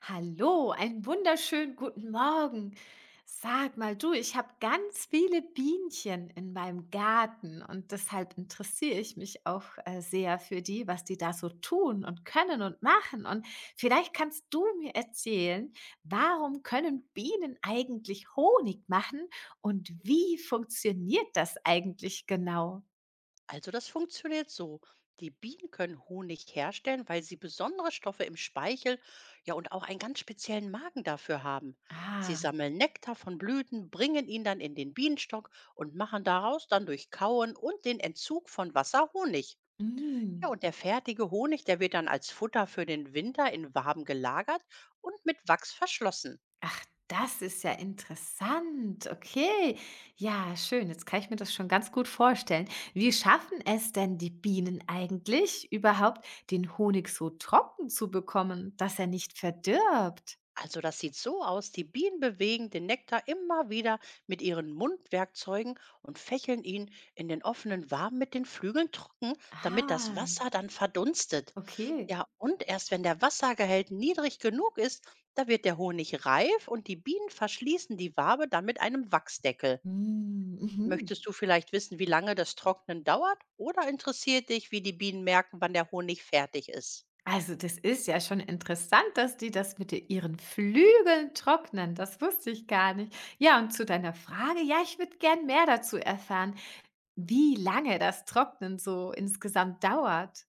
Hallo, einen wunderschönen guten Morgen. Sag mal du, ich habe ganz viele Bienchen in meinem Garten und deshalb interessiere ich mich auch sehr für die, was die da so tun und können und machen. Und vielleicht kannst du mir erzählen, warum können Bienen eigentlich Honig machen und wie funktioniert das eigentlich genau? Also das funktioniert so. Die Bienen können Honig herstellen, weil sie besondere Stoffe im Speichel, ja und auch einen ganz speziellen Magen dafür haben. Sie Ah, sammeln Nektar von Blüten, bringen ihn dann in den Bienenstock und machen daraus dann durch Kauen und den Entzug von Wasser Honig. Ja, mm. und der fertige Honig, der wird dann als Futter für den Winter in Waben gelagert und mit Wachs verschlossen. Ach, das ist ja interessant. Okay. Ja, schön. Jetzt kann ich mir das schon ganz gut vorstellen. Wie schaffen es denn die Bienen eigentlich überhaupt, den Honig so trocken zu bekommen, dass er nicht verdirbt? Also das sieht so aus, die Bienen bewegen den Nektar immer wieder mit ihren Mundwerkzeugen und fächeln ihn in den offenen Waben mit den Flügeln trocken, damit das Ah, Wasser dann verdunstet. okay. Ja, und erst wenn der Wassergehalt niedrig genug ist, da wird der Honig reif und die Bienen verschließen die Wabe dann mit einem Wachsdeckel. Mm, mhm. Möchtest du vielleicht wissen, wie lange das Trocknen dauert oder interessiert dich, wie die Bienen merken, wann der Honig fertig ist? Also das ist ja schon interessant, dass die das mit ihren Flügeln trocknen. Das wusste ich gar nicht. Ja, und zu deiner Frage, ja, ich würde gern mehr dazu erfahren. Wie lange das Trocknen so insgesamt dauert?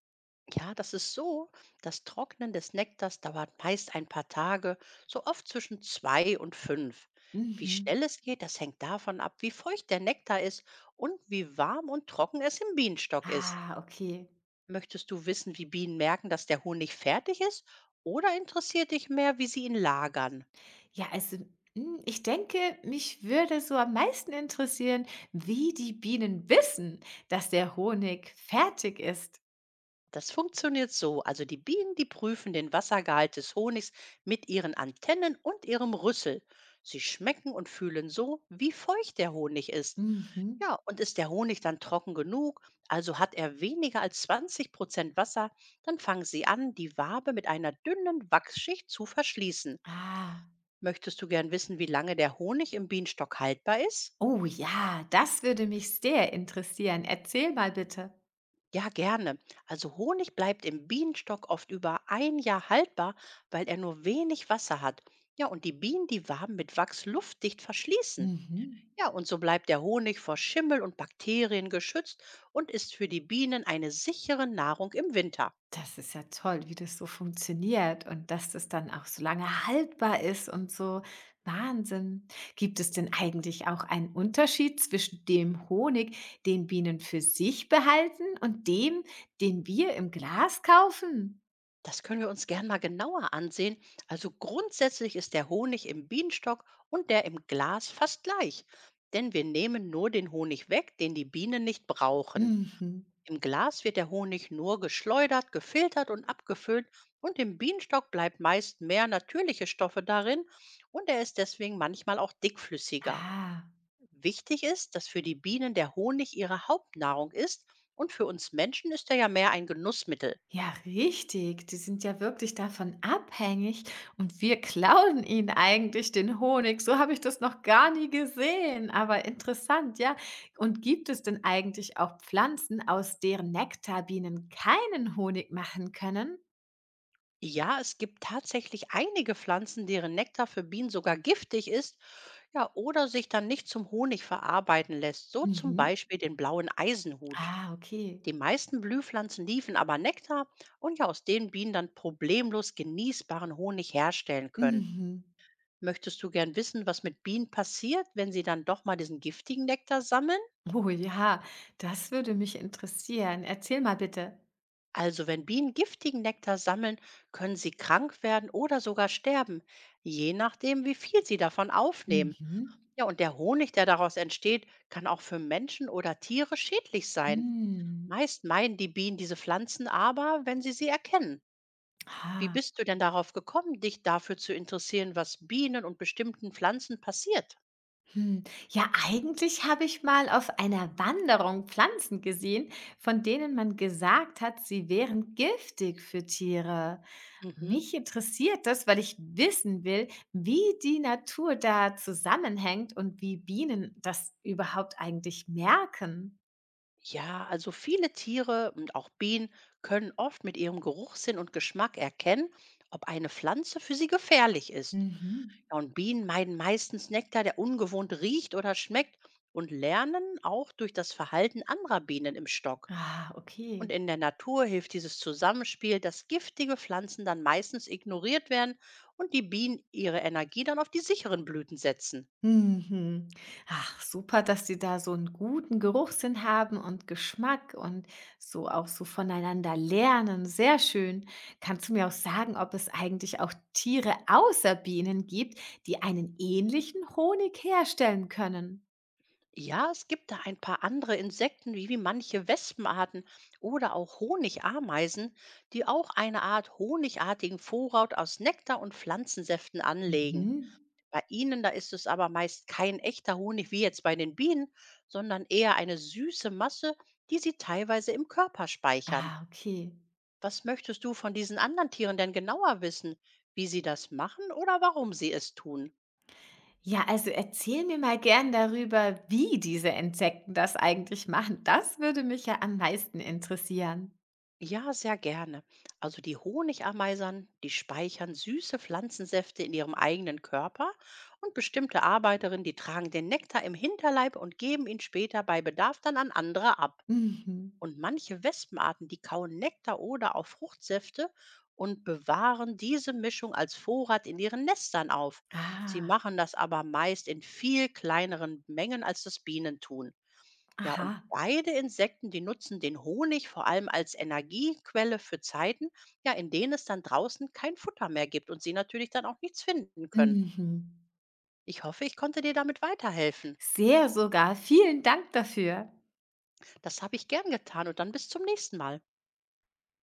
Ja, das ist so. Das Trocknen des Nektars dauert meist ein paar Tage, so oft zwischen zwei und fünf. Wie Mhm. schnell es geht, das hängt davon ab, wie feucht der Nektar ist und wie warm und trocken es im Bienenstock ist. Ah, okay. Möchtest du wissen, wie Bienen merken, dass der Honig fertig ist? Oder interessiert dich mehr, wie sie ihn lagern? Ja, also, hm, ich denke, mich würde so am meisten interessieren, wie die Bienen wissen, dass der Honig fertig ist. Das funktioniert so. Also die Bienen, die prüfen den Wassergehalt des Honigs mit ihren Antennen und ihrem Rüssel. Sie schmecken und fühlen so, wie feucht der Honig ist. Mhm. Ja, und ist der Honig dann trocken genug, also hat er weniger als 20% Wasser, dann fangen Sie an, die Wabe mit einer dünnen Wachsschicht zu verschließen. Ah. Möchtest du gern wissen, wie lange der Honig im Bienenstock haltbar ist? Oh ja, das würde mich sehr interessieren. Erzähl mal bitte. Ja, gerne. Also Honig bleibt im Bienenstock oft über ein Jahr haltbar, weil er nur wenig Wasser hat. Ja, und die Bienen die Waben mit Wachs luftdicht verschließen. Mhm. Ja, und so bleibt der Honig vor Schimmel und Bakterien geschützt und ist für die Bienen eine sichere Nahrung im Winter. Das ist ja toll, wie das so funktioniert und dass das dann auch so lange haltbar ist und so. Wahnsinn. Gibt es denn eigentlich auch einen Unterschied zwischen dem Honig, den Bienen für sich behalten und dem, den wir im Glas kaufen? Das können wir uns gern mal genauer ansehen. Also grundsätzlich ist der Honig im Bienenstock und der im Glas fast gleich, denn wir nehmen nur den Honig weg, den die Bienen nicht brauchen. Mhm. Im Glas wird der Honig nur geschleudert, gefiltert und abgefüllt und im Bienenstock bleibt meist mehr natürliche Stoffe darin und er ist deswegen manchmal auch dickflüssiger. Ah. Wichtig ist, dass für die Bienen der Honig ihre Hauptnahrung ist und für uns Menschen ist er ja mehr ein Genussmittel. Ja, richtig. Die sind ja wirklich davon abhängig und wir klauen ihnen eigentlich den Honig. So habe ich das noch gar nie gesehen, aber interessant, ja. Und gibt es denn eigentlich auch Pflanzen, aus deren Nektar Bienen keinen Honig machen können? Ja, es gibt tatsächlich einige Pflanzen, deren Nektar für Bienen sogar giftig ist, ja, oder sich dann nicht zum Honig verarbeiten lässt, so zum Mhm. Beispiel den blauen Eisenhut. Ah, okay. Die meisten Blühpflanzen liefern aber Nektar und ja, aus denen Bienen dann problemlos genießbaren Honig herstellen können. Mhm. Möchtest du gern wissen, was mit Bienen passiert, wenn sie dann doch mal diesen giftigen Nektar sammeln? Oh ja, das würde mich interessieren. Erzähl mal bitte. Also, wenn Bienen giftigen Nektar sammeln, können sie krank werden oder sogar sterben, je nachdem, wie viel sie davon aufnehmen. Mhm. Ja, und der Honig, der daraus entsteht, kann auch für Menschen oder Tiere schädlich sein. Mhm. Meist meiden die Bienen diese Pflanzen aber, wenn sie sie erkennen. Wie Ah. bist du denn darauf gekommen, dich dafür zu interessieren, was Bienen und bestimmten Pflanzen passiert? Hm, ja, eigentlich habe ich mal auf einer Wanderung Pflanzen gesehen, von denen man gesagt hat, sie wären giftig für Tiere. Mhm. Mich interessiert das, weil ich wissen will, wie die Natur da zusammenhängt und wie Bienen das überhaupt eigentlich merken. Ja, also viele Tiere und auch Bienen können oft mit ihrem Geruchssinn und Geschmack erkennen, ob eine Pflanze für sie gefährlich ist. Mhm. Ja, und Bienen meiden meistens Nektar, der ungewohnt riecht oder schmeckt und lernen auch durch das Verhalten anderer Bienen im Stock. Ah, okay. Und in der Natur hilft dieses Zusammenspiel, dass giftige Pflanzen dann meistens ignoriert werden und die Bienen ihre Energie dann auf die sicheren Blüten setzen. Mhm. Ach, super, dass die da so einen guten Geruchssinn haben und Geschmack und so auch so voneinander lernen. Sehr schön. Kannst du mir auch sagen, ob es eigentlich auch Tiere außer Bienen gibt, die einen ähnlichen Honig herstellen können? Ja, es gibt da ein paar andere Insekten, wie, manche Wespenarten oder auch Honigameisen, die auch eine Art honigartigen Vorrat aus Nektar und Pflanzensäften anlegen. Mhm. Bei ihnen, da ist es aber meist kein echter Honig wie jetzt bei den Bienen, sondern eher eine süße Masse, die sie teilweise im Körper speichern. Ah, okay. Was möchtest du von diesen anderen Tieren denn genauer wissen? Wie sie das machen oder warum sie es tun? Ja, also erzähl mir mal gern darüber, wie diese Insekten das eigentlich machen. Das würde mich ja am meisten interessieren. Ja, sehr gerne. Also die Honigameisern, die speichern süße Pflanzensäfte in ihrem eigenen Körper und bestimmte Arbeiterinnen, die tragen den Nektar im Hinterleib und geben ihn später bei Bedarf dann an andere ab. Mhm. Und manche Wespenarten, die kauen Nektar oder auch Fruchtsäfte und bewahren diese Mischung als Vorrat in ihren Nestern auf. Sie Ah, machen das aber meist in viel kleineren Mengen, als das Bienen tun. Ja, und aha. beide Insekten, die nutzen den Honig vor allem als Energiequelle für Zeiten, ja, in denen es dann draußen kein Futter mehr gibt und sie natürlich dann auch nichts finden können. Mhm. Ich hoffe, ich konnte dir damit weiterhelfen. Sehr sogar. Vielen Dank dafür. Das habe ich gern getan und dann bis zum nächsten Mal.